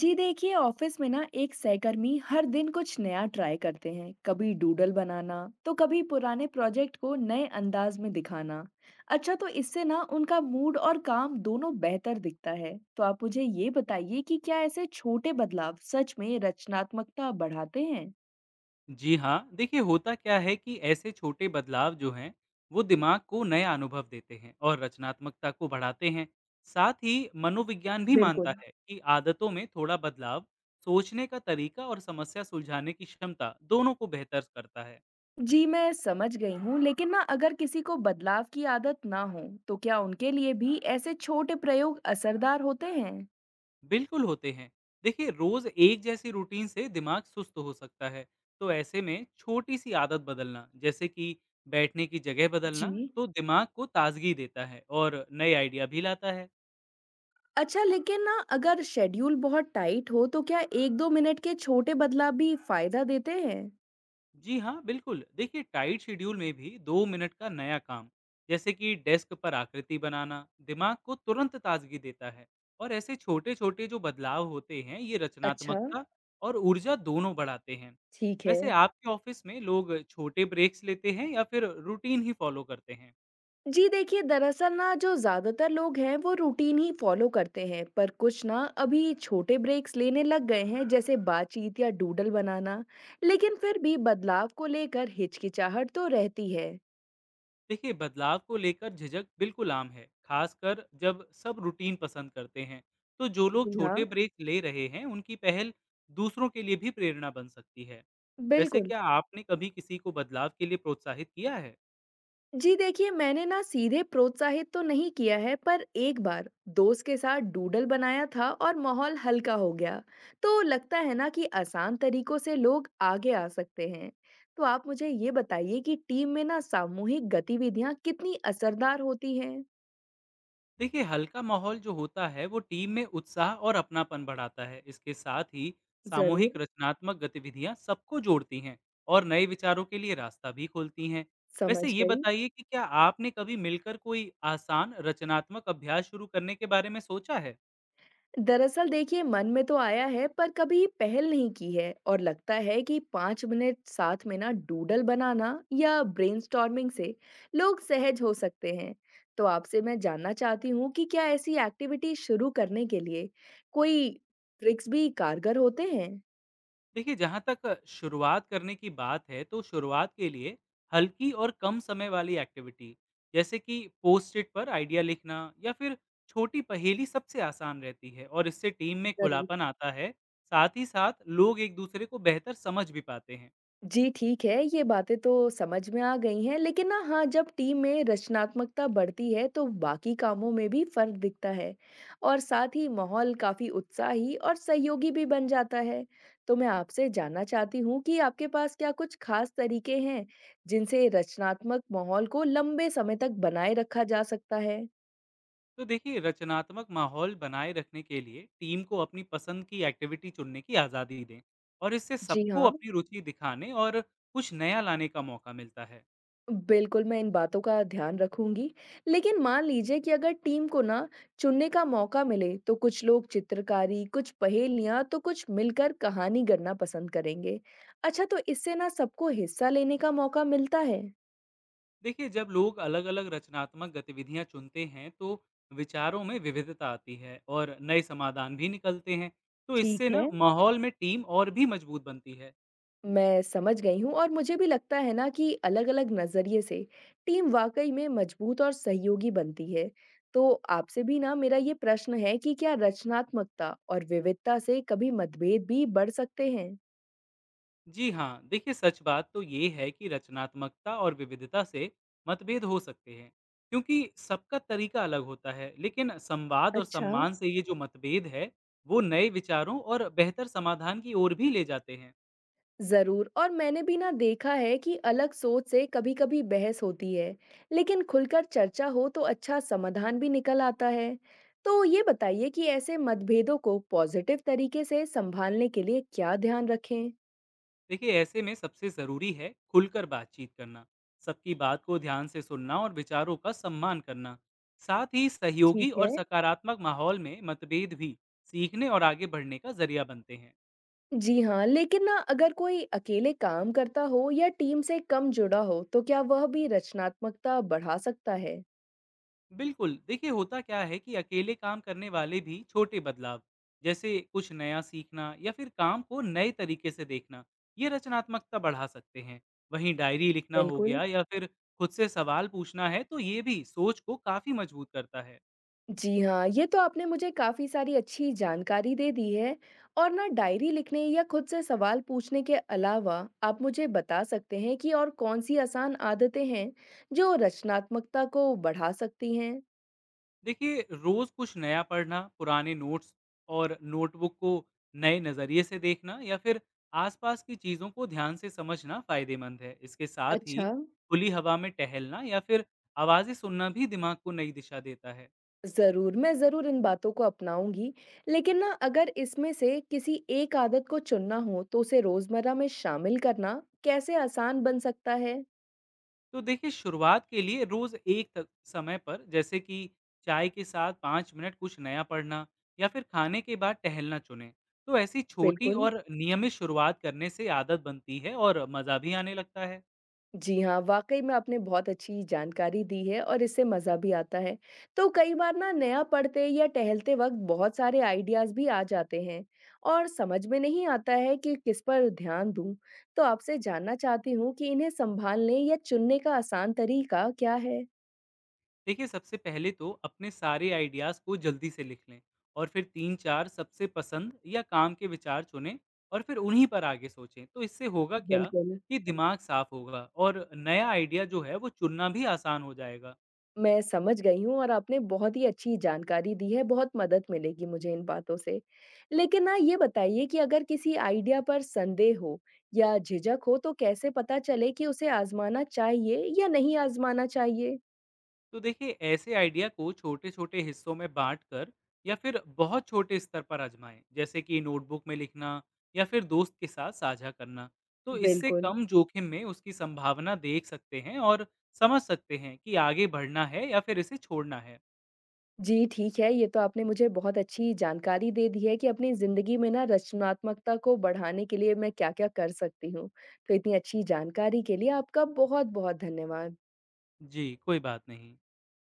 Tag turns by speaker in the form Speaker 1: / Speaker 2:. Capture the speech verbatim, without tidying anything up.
Speaker 1: जी देखिए ऑफिस में ना एक सहकर्मी हर दिन कुछ नया ट्राई करते हैं। कभी डूडल बनाना तो कभी पुराने प्रोजेक्ट को नए अंदाज में दिखाना। अच्छा, तो इससे ना उनका मूड और काम दोनों बेहतर दिखता है। तो आप मुझे ये बताइए कि क्या ऐसे छोटे बदलाव सच में रचनात्मकता बढ़ाते हैं।
Speaker 2: जी हाँ, देखिए होता क्या है कि ऐसे छोटे बदलाव जो हैं, वो दिमाग को नए अनुभव देते हैं और रचनात्मकता को बढ़ाते हैं। साथ ही मनोविज्ञान भी मानता
Speaker 1: बिल्कुल।
Speaker 2: है कि आदतों में थोड़ा बदलाव सोचने का तरीका और समस्या सुलझाने की क्षमता दोनों को बेहतर करता है।
Speaker 1: जी मैं समझ गई हूँ, लेकिन ना अगर किसी को बदलाव की आदत ना हो तो क्या उनके लिए भी ऐसे छोटे प्रयोग असरदार होते हैं।
Speaker 2: बिल्कुल होते हैं। देखिए रोज एक जैसी रूटीन से दिमाग सुस्त हो सकता है। तो ऐसे में छोटी सी आदत बदलना, जैसे कि बैठने की जगह बदलना,
Speaker 1: जी।
Speaker 2: तो दिमाग को ताजगी देता है और नए आइडिया भी लाता है।
Speaker 1: अच्छा, लेकिन ना अगर शेड्यूल बहुत टाइट हो तो क्या एक दो मिनट के छोटे बदलाव भी फायदा देते हैं?
Speaker 2: जी हाँ, बिल्कुल। देखिए टाइट शेड्यूल में भी दो मिनट का नया काम, जैसे कि डेस्क पर आकृति बनाना, दिमाग को तुरंत ताज़गी देता है और ऐसे छोटे-छोटे जो बदलाव होते हैं, ये
Speaker 1: अच्छा,
Speaker 2: रचनात्मकता और ऊर्जा दोनों बढ़ाते हैं।
Speaker 1: ठीक है।
Speaker 2: वैसे आपके ऑफिस में लोग छोटे ब्रेक्स लेते हैं या फिर रूटीन ही फॉलो करते हैं?
Speaker 1: जी देखिए, दरअसल ना जो ज़्यादातर लोग हैं वो रूटीन ही फॉलो करते हैं, पर कुछ ना अभी छोटे ब्रेक्स लेने लग गए हैं, जैसे बातचीत या डूडल बनाना, लेकिन फिर भी बदलाव को लेकर हिचकिचाहट तो रहती है।
Speaker 2: देखिए बदलाव को लेकर झिझक बिल्कुल आम है, खासकर जब सब रूटीन पसंद करते हैं। तो जो लोग
Speaker 1: जी
Speaker 2: छोटे
Speaker 1: हाँ।
Speaker 2: ब्रेक ले रहे हैं, उनकी पहल दूसरों के लिए भी प्रेरणा बन सकती है। वैसे
Speaker 1: बिल्कुल।
Speaker 2: क्या आपने कभी किसी को बदलाव के लिए प्रोत्साहित किया है?
Speaker 1: जी देखिए, मैंने ना सीधे प्रोत्साहित तो नहीं किया है, पर एक बार दोस्त के साथ डूडल बनाया था और माहौल हल्का हो गया। तो लगता है ना कि आसान तरीकों से लोग आगे आ सकते हैं। तो आप मुझे ये बताइए कि टीम में ना सामूहिक गतिविधियां कितनी असरदार होती हैं।
Speaker 2: देखिए हल्का माहौल जो होता है, वो टीम में उत्साह और अपनापन बढ़ाता है। इसके साथ ही सामूहिक
Speaker 1: जरूर।
Speaker 2: रचनात्मक गतिविधियां सबको जोड़ती हैं और नए विचारों के लिए रास्ता भी खोलती हैं।
Speaker 1: समझ
Speaker 2: वैसे ये
Speaker 1: गई।
Speaker 2: बताइए कि क्या आपने कभी मिलकर कोई आसान रचनात्मक अभ्यास शुरू करने के बारे में सोचा है?
Speaker 1: दरअसल देखिए, मन में तो आया है पर कभी पहल नहीं की है, और लगता है कि पाँच मिनट साथ में ना डूडल बनाना या ब्रेनस्टॉर्मिंग से लोग सहज हो सकते हैं। तो आपसे मैं जानना चाहती हूँ कि क्या ऐसी एक्टिविटी शुरू करने के लिए कोई ट्रिक्स भी कारगर होते हैं।
Speaker 2: देखिए जहाँ तक शुरुआत करने की बात है, तो शुरुआत के लिए हल्की और कम समय वाली एक्टिविटी, जैसे कि पोस्ट इट पर आइडिया लिखना या फिर छोटी पहेली सबसे आसान रहती है, और इससे टीम में
Speaker 1: जरूर।
Speaker 2: खुलापन आता है। साथ ही साथ लोग एक दूसरे को बेहतर समझ भी पाते हैं।
Speaker 1: जी ठीक है, ये बातें तो समझ में आ गई हैं, लेकिन ना हाँ, जब टीम में रचनात्मकता बढ़ती है तो बाकी कामों में भी फर्क दिखता है और साथ ही माहौल काफी उत्साही और सहयोगी भी बन जाता है। तो मैं आपसे जानना चाहती हूँ कि आपके पास क्या कुछ खास तरीके हैं जिनसे रचनात्मक माहौल को लंबे समय तक बनाए रखा जा सकता है?
Speaker 2: तो देखिए रचनात्मक माहौल बनाए रखने के लिए टीम को अपनी पसंद की एक्टिविटी चुनने की आज़ादी दें, और इससे
Speaker 1: जी
Speaker 2: सबको
Speaker 1: हाँ।
Speaker 2: अपनी रुचि दिखाने और कुछ नया लाने का मौका मिलता है।
Speaker 1: बिल्कुल, मैं इन बातों का ध्यान रखूँगी। लेकिन मान लीजिए कि अगर टीम को ना चुनने का मौका मिले, तो कुछ लोग चित्रकारी, कुछ पहेलियाँ, तो कुछ मिलकर कहानी गढ़ना पसंद करेंगे। अच्छा, तो इससे ना सबको हिस्सा लेने का मौका मिलता है।
Speaker 2: देखिए जब लोग अलग अलग रचनात्मक गतिविधियां चुनते हैं, तो विचारों में विविधता आती है और नए समाधान भी निकलते हैं। तो इससे
Speaker 1: ठीक
Speaker 2: ना
Speaker 1: है।
Speaker 2: माहौल में टीम और भी मजबूत बनती है।
Speaker 1: मैं समझ गई हूँ और मुझे भी लगता है ना कि अलग-अलग नज़रिए से टीम वाकई में मजबूत और सहयोगी बनती है। तो आपसे भी ना मेरा ये प्रश्न है कि क्या रचनात्मकता और विविधता से कभी मतभेद भी बढ़ सकते हैं?
Speaker 2: जी हाँ, देखिए सच बात तो ये है कि रचनात्मकता और विविधता से मतभेद हो सकते हैं, क्योंकि सबका तरीका अलग होता है। लेकिन संवाद और
Speaker 1: अच्छा।
Speaker 2: सम्मान से ये जो मतभेद है, वो नए विचारों और बेहतर समाधान की ओर भी ले जाते हैं।
Speaker 1: ज़रूर, और मैंने भी ना देखा है कि अलग सोच से कभी-कभी बहस होती है, लेकिन खुलकर चर्चा हो तो अच्छा समाधान भी निकल आता है। तो ये बताइए कि ऐसे मतभेदों को पॉजिटिव तरीके से संभालने के लिए क्या ध्यान रखें?
Speaker 2: देखिए ऐसे में सबसे ज़रूरी है खुलकर बातचीत करना, सबकी बात को ध्यान से सुनना और विचारों का सम्मान करना। साथ ही सहयोगी
Speaker 1: ठीक
Speaker 2: और
Speaker 1: है।
Speaker 2: सकारात्मक माहौल में मतभेद भी सीखने और आगे बढ़ने का जरिया बनते हैं।
Speaker 1: जी हाँ, लेकिन ना अगर कोई अकेले काम करता हो या टीम से कम जुड़ा हो, तो क्या वह भी रचनात्मकता बढ़ा सकता है?
Speaker 2: बिल्कुल, देखिए होता क्या है कि अकेले काम करने वाले भी छोटे बदलाव, जैसे कुछ नया सीखना या फिर काम को नए तरीके से देखना, ये रचनात्मकता बढ़ा सकते हैं। वहीं डायरी लिखना हो
Speaker 1: बिल्कुल।
Speaker 2: गया या फिर खुद से सवाल पूछना है, तो ये भी सोच को काफ़ी मजबूत करता है।
Speaker 1: जी हाँ, ये तो आपने मुझे काफ़ी सारी अच्छी जानकारी दे दी है, और ना डायरी लिखने या खुद से सवाल पूछने के अलावा आप मुझे बता सकते हैं कि और कौन सी आसान आदतें हैं जो रचनात्मकता को बढ़ा सकती हैं?
Speaker 2: देखिए रोज कुछ नया पढ़ना, पुराने नोट्स और नोटबुक को नए नज़रिए से देखना, या फिर आसपास की चीज़ों को ध्यान से समझना फायदेमंद है। इसके साथ ही
Speaker 1: अच्छा।
Speaker 2: खुली हवा में टहलना या फिर आवाज़ें सुनना भी दिमाग को नई दिशा देता है।
Speaker 1: जरूर, मैं जरूर इन बातों को अपनाऊंगी। लेकिन ना अगर इसमें से किसी एक आदत को चुनना हो तो उसे रोजमर्रा में शामिल करना कैसे आसान बन सकता है?
Speaker 2: तो देखिए शुरुआत के लिए रोज़ एक त- समय पर, जैसे कि चाय के साथ पाँच मिनट कुछ नया पढ़ना या फिर खाने के बाद टहलना चुनें। तो ऐसी छोटी
Speaker 1: बिल्कुल।
Speaker 2: और नियमित शुरुआत करने से आदत बनती है और मज़ा भी आने लगता है।
Speaker 1: जी हाँ, वाक़ई में आपने बहुत अच्छी जानकारी दी है और इससे मज़ा भी आता है। तो कई बार ना नया पढ़ते या टहलते वक़्त बहुत सारे आइडियाज़ भी आ जाते हैं और समझ में नहीं आता है कि किस पर ध्यान दूँ। तो आपसे जानना चाहती हूँ कि इन्हें सँभालने या चुनने का आसान तरीका क्या है?
Speaker 2: देखिए सबसे पहले तो अपने सारे आइडियाज़ को जल्दी से लिख लें, और फिर तीन चार सबसे पसंद या काम के विचार चुनें, और फिर उन्हीं पर आगे सोचें। तो इससे होगा क्या
Speaker 1: बिल्कुल।
Speaker 2: कि दिमाग साफ होगा और नया आइडिया जो है वो चुनना भी आसान हो जाएगा।
Speaker 1: मैं समझ गई हूँ और आपने बहुत ही अच्छी जानकारी दी है, बहुत मदद मिलेगी मुझे इन बातों से। लेकिन ना ये बताइए कि अगर किसी आइडिया पर संदेह हो या झिझक हो तो कैसे पता चले कि उसे आज़माना चाहिए या नहीं आज़माना चाहिए?
Speaker 2: तो देखिए ऐसे आइडिया को छोटे छोटे हिस्सों में बांट कर या फिर बहुत छोटे स्तर पर आजमाएं, जैसे कि नोटबुक में लिखना या फिर दोस्त के साथ साझा करना। तो इससे
Speaker 1: बिल्कुल।
Speaker 2: कम जोखिम में उसकी संभावना देख सकते हैं और समझ सकते हैं कि आगे बढ़ना है या फिर इसे छोड़ना है।
Speaker 1: जी, ठीक है, ये तो आपने मुझे बहुत अच्छी जानकारी दे दी है कि अपनी ज़िंदगी में ना रचनात्मकता को बढ़ाने के लिए मैं क्या-क्या कर सकती हूँ। तो इतनी अच्छी जानकारी के लिए आपका बहुत-बहुत धन्यवाद।
Speaker 2: जी, कोई बात नहीं।